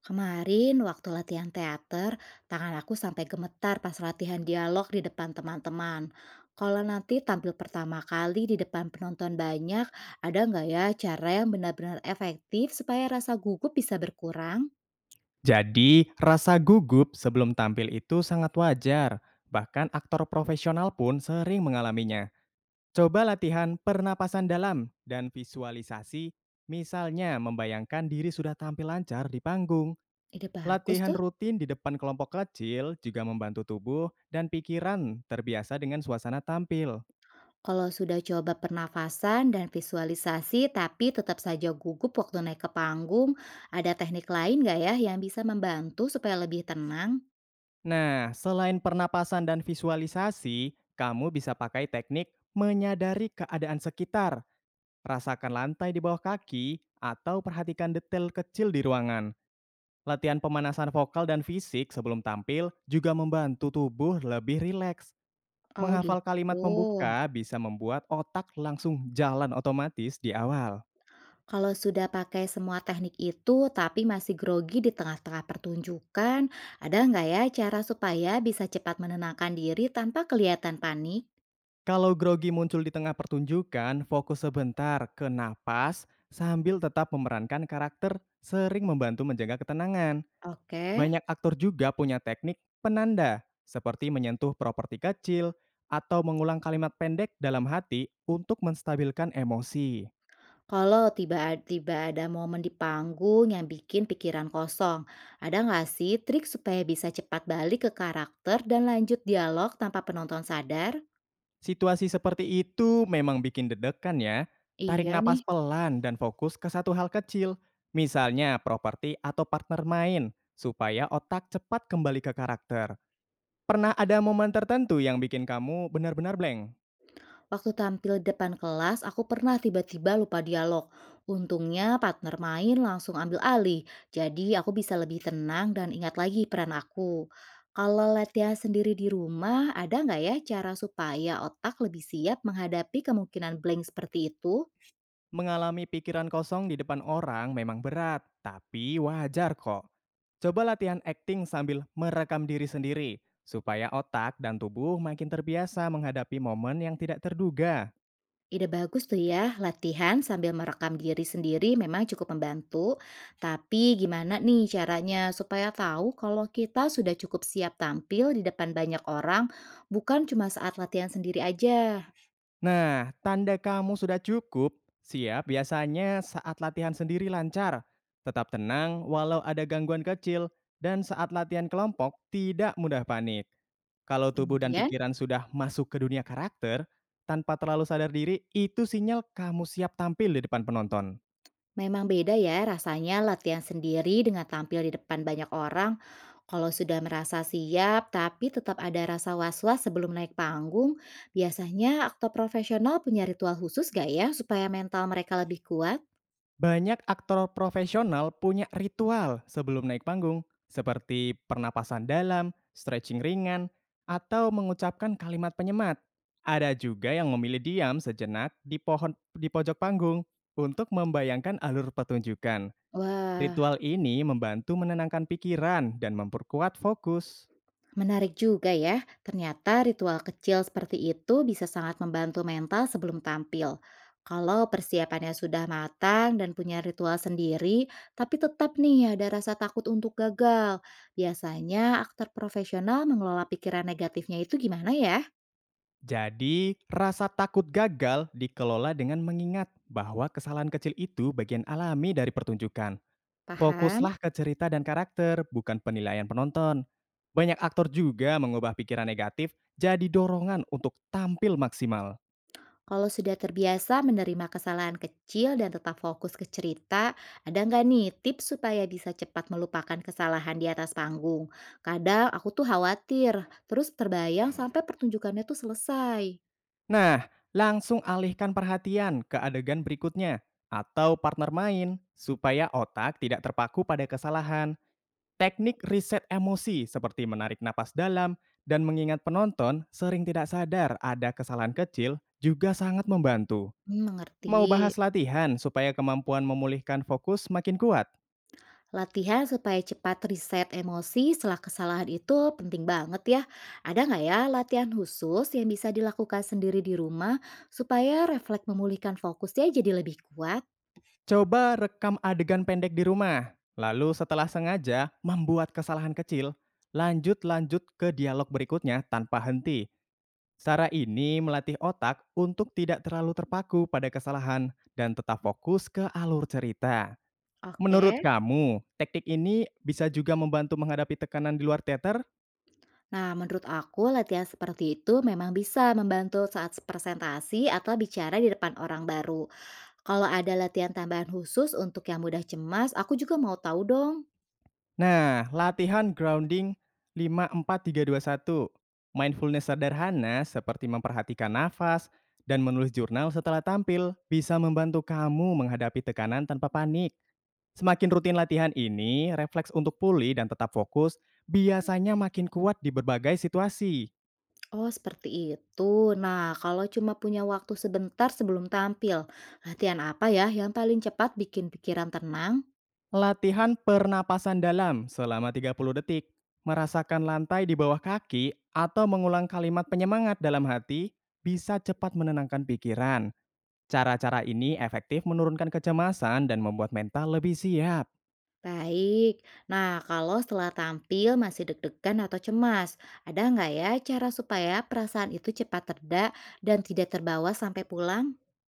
Kemarin waktu latihan teater, tangan aku sampai gemetar pas latihan dialog di depan teman-teman. Kalau nanti tampil pertama kali di depan penonton banyak, ada nggak ya cara yang benar-benar efektif supaya rasa gugup bisa berkurang? Jadi, rasa gugup sebelum tampil itu sangat wajar. Bahkan aktor profesional pun sering mengalaminya. Coba latihan pernapasan dalam dan visualisasi, misalnya membayangkan diri sudah tampil lancar di panggung. Ide bagus Latihan tuh. rutin di depan kelompok kecil juga membantu tubuh dan pikiran terbiasa dengan suasana tampil. Kalau sudah coba pernafasan dan visualisasi tapi tetap saja gugup waktu naik ke panggung, ada teknik lain nggak ya yang bisa membantu supaya lebih tenang? Nah, selain pernapasan dan visualisasi, kamu bisa pakai teknik menyadari keadaan sekitar. Rasakan lantai di bawah kaki atau perhatikan detail kecil di ruangan. Latihan pemanasan vokal dan fisik sebelum tampil juga membantu tubuh lebih rileks. Oh gitu. Menghafal kalimat pembuka bisa membuat otak langsung jalan otomatis di awal. Kalau sudah pakai semua teknik itu, tapi masih grogi di tengah-tengah pertunjukan, ada nggak ya cara supaya bisa cepat menenangkan diri tanpa kelihatan panik? Kalau grogi muncul di tengah pertunjukan, fokus sebentar ke napas sambil tetap memerankan karakter sering membantu menjaga ketenangan. Oke. Banyak aktor juga punya teknik penanda, seperti menyentuh properti kecil atau mengulang kalimat pendek dalam hati untuk menstabilkan emosi. Kalau tiba-tiba ada momen di panggung yang bikin pikiran kosong, ada nggak sih trik supaya bisa cepat balik ke karakter dan lanjut dialog tanpa penonton sadar? Situasi seperti itu memang bikin dedekan ya. Tarik Iya nih. napas pelan dan fokus ke satu hal kecil, misalnya properti atau partner main, supaya otak cepat kembali ke karakter. Pernah ada momen tertentu yang bikin kamu benar-benar blank? Waktu tampil di depan kelas, aku pernah tiba-tiba lupa dialog. Untungnya partner main langsung ambil alih, jadi aku bisa lebih tenang dan ingat lagi peran aku. Kalau latihan sendiri di rumah, ada nggak ya cara supaya otak lebih siap menghadapi kemungkinan blank seperti itu? Mengalami pikiran kosong di depan orang memang berat, tapi wajar kok. Coba latihan acting sambil merekam diri sendiri, supaya otak dan tubuh makin terbiasa menghadapi momen yang tidak terduga. Ide bagus tuh ya, latihan sambil merekam diri sendiri memang cukup membantu. Tapi gimana nih caranya supaya tahu kalau kita sudah cukup siap tampil di depan banyak orang, bukan cuma saat latihan sendiri aja. Nah, tanda kamu sudah cukup, siap biasanya saat latihan sendiri lancar. Tetap tenang walau ada gangguan kecil, dan saat latihan kelompok tidak mudah panik. Kalau tubuh dan Kemudian, pikiran sudah masuk ke dunia karakter, tanpa terlalu sadar diri, itu sinyal kamu siap tampil di depan penonton. memang beda ya rasanya latihan sendiri dengan tampil di depan banyak orang. Kalau sudah merasa siap, tapi tetap ada rasa was-was sebelum naik panggung, biasanya aktor profesional punya ritual khusus gak ya supaya mental mereka lebih kuat? Banyak aktor profesional punya ritual sebelum naik panggung, seperti pernapasan dalam, stretching ringan, atau mengucapkan kalimat penyemat. Ada juga yang memilih diam sejenak di pohon di pojok panggung untuk membayangkan alur pertunjukan. Wah, Ritual ini membantu menenangkan pikiran dan memperkuat fokus. menarik juga ya, ternyata ritual kecil seperti itu bisa sangat membantu mental sebelum tampil. Kalau persiapannya sudah matang dan punya ritual sendiri, tapi tetap nih ada rasa takut untuk gagal. Biasanya aktor profesional mengelola pikiran negatifnya itu gimana ya? Jadi, rasa takut gagal dikelola dengan mengingat bahwa kesalahan kecil itu bagian alami dari pertunjukan. Paham? Fokuslah ke cerita dan karakter, bukan penilaian penonton. Banyak aktor juga mengubah pikiran negatif jadi dorongan untuk tampil maksimal. Kalau sudah terbiasa menerima kesalahan kecil dan tetap fokus ke cerita, ada nggak nih tips supaya bisa cepat melupakan kesalahan di atas panggung? Kadang aku tuh khawatir, terus terbayang sampai pertunjukannya tuh selesai. Nah, langsung alihkan perhatian ke adegan berikutnya atau partner main supaya otak tidak terpaku pada kesalahan. Teknik riset emosi seperti menarik napas dalam dan mengingat penonton sering tidak sadar ada kesalahan kecil juga sangat membantu. Mau Mengerti. bahas latihan supaya kemampuan memulihkan fokus makin kuat? Latihan supaya cepat reset emosi setelah kesalahan itu penting banget ya. Ada nggak ya latihan khusus yang bisa dilakukan sendiri di rumah supaya refleks memulihkan fokusnya jadi lebih kuat? Coba rekam adegan pendek di rumah, lalu setelah sengaja membuat kesalahan kecil, lanjut-lanjut ke dialog berikutnya tanpa henti. Cara ini melatih otak untuk tidak terlalu terpaku pada kesalahan dan tetap fokus ke alur cerita. Menurut Oke. kamu, teknik ini bisa juga membantu menghadapi tekanan di luar teater? Nah, menurut aku latihan seperti itu memang bisa membantu saat presentasi atau bicara di depan orang baru. Kalau ada latihan tambahan khusus untuk yang mudah cemas, aku juga mau tahu dong. Nah, latihan grounding 5 4 3 2 1, mindfulness sederhana seperti memperhatikan nafas dan menulis jurnal setelah tampil bisa membantu kamu menghadapi tekanan tanpa panik. Semakin rutin latihan ini, refleks untuk pulih dan tetap fokus biasanya makin kuat di berbagai situasi. Oh, seperti itu. Nah, kalau cuma punya waktu sebentar sebelum tampil, latihan apa ya yang paling cepat bikin pikiran tenang? Latihan pernapasan dalam selama 30 detik, merasakan lantai di bawah kaki atau mengulang kalimat penyemangat dalam hati bisa cepat menenangkan pikiran. Cara-cara ini efektif menurunkan kecemasan dan membuat mental lebih siap. Baik. Nah, kalau setelah tampil masih deg-degan atau cemas, ada nggak ya cara supaya perasaan itu cepat terda dan tidak terbawa sampai pulang?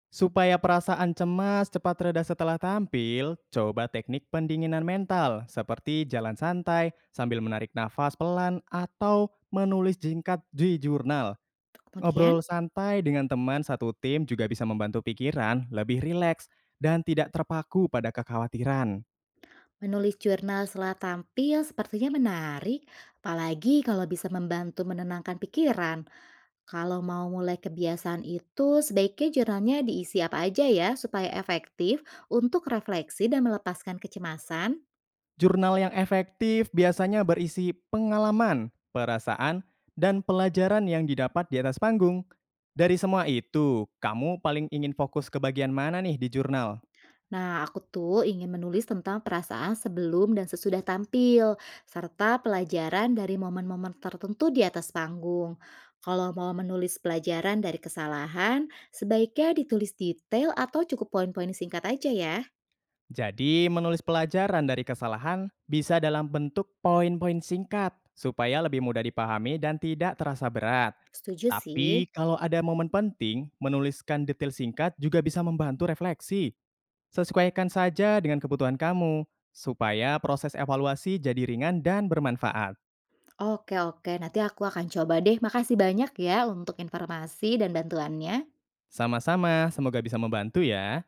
Supaya perasaan cemas cepat reda setelah tampil, coba teknik pendinginan mental seperti jalan santai sambil menarik nafas pelan atau menulis singkat di jurnal. Kemudian, Ngobrol santai dengan teman satu tim juga bisa membantu pikiran lebih rileks dan tidak terpaku pada kekhawatiran. menulis jurnal setelah tampil sepertinya menarik, apalagi kalau bisa membantu menenangkan pikiran. Kalau mau mulai kebiasaan itu, sebaiknya jurnalnya diisi apa aja ya supaya efektif untuk refleksi dan melepaskan kecemasan. Jurnal yang efektif biasanya berisi pengalaman, perasaan, dan pelajaran yang didapat di atas panggung. Dari semua itu, kamu paling ingin fokus ke bagian mana nih di jurnal? Nah, aku tuh ingin menulis tentang perasaan sebelum dan sesudah tampil, serta pelajaran dari momen-momen tertentu di atas panggung. Kalau mau menulis pelajaran dari kesalahan, sebaiknya ditulis detail atau cukup poin-poin singkat aja ya. Jadi, menulis pelajaran dari kesalahan bisa dalam bentuk poin-poin singkat supaya lebih mudah dipahami dan tidak terasa berat. Setuju sih. Tapi, kalau ada momen penting, menuliskan detail singkat juga bisa membantu refleksi. Sesuaikan saja dengan kebutuhan kamu, supaya proses evaluasi jadi ringan dan bermanfaat. Oke, oke. Nanti aku akan coba deh. Makasih banyak ya untuk informasi dan bantuannya. Sama-sama, semoga bisa membantu ya.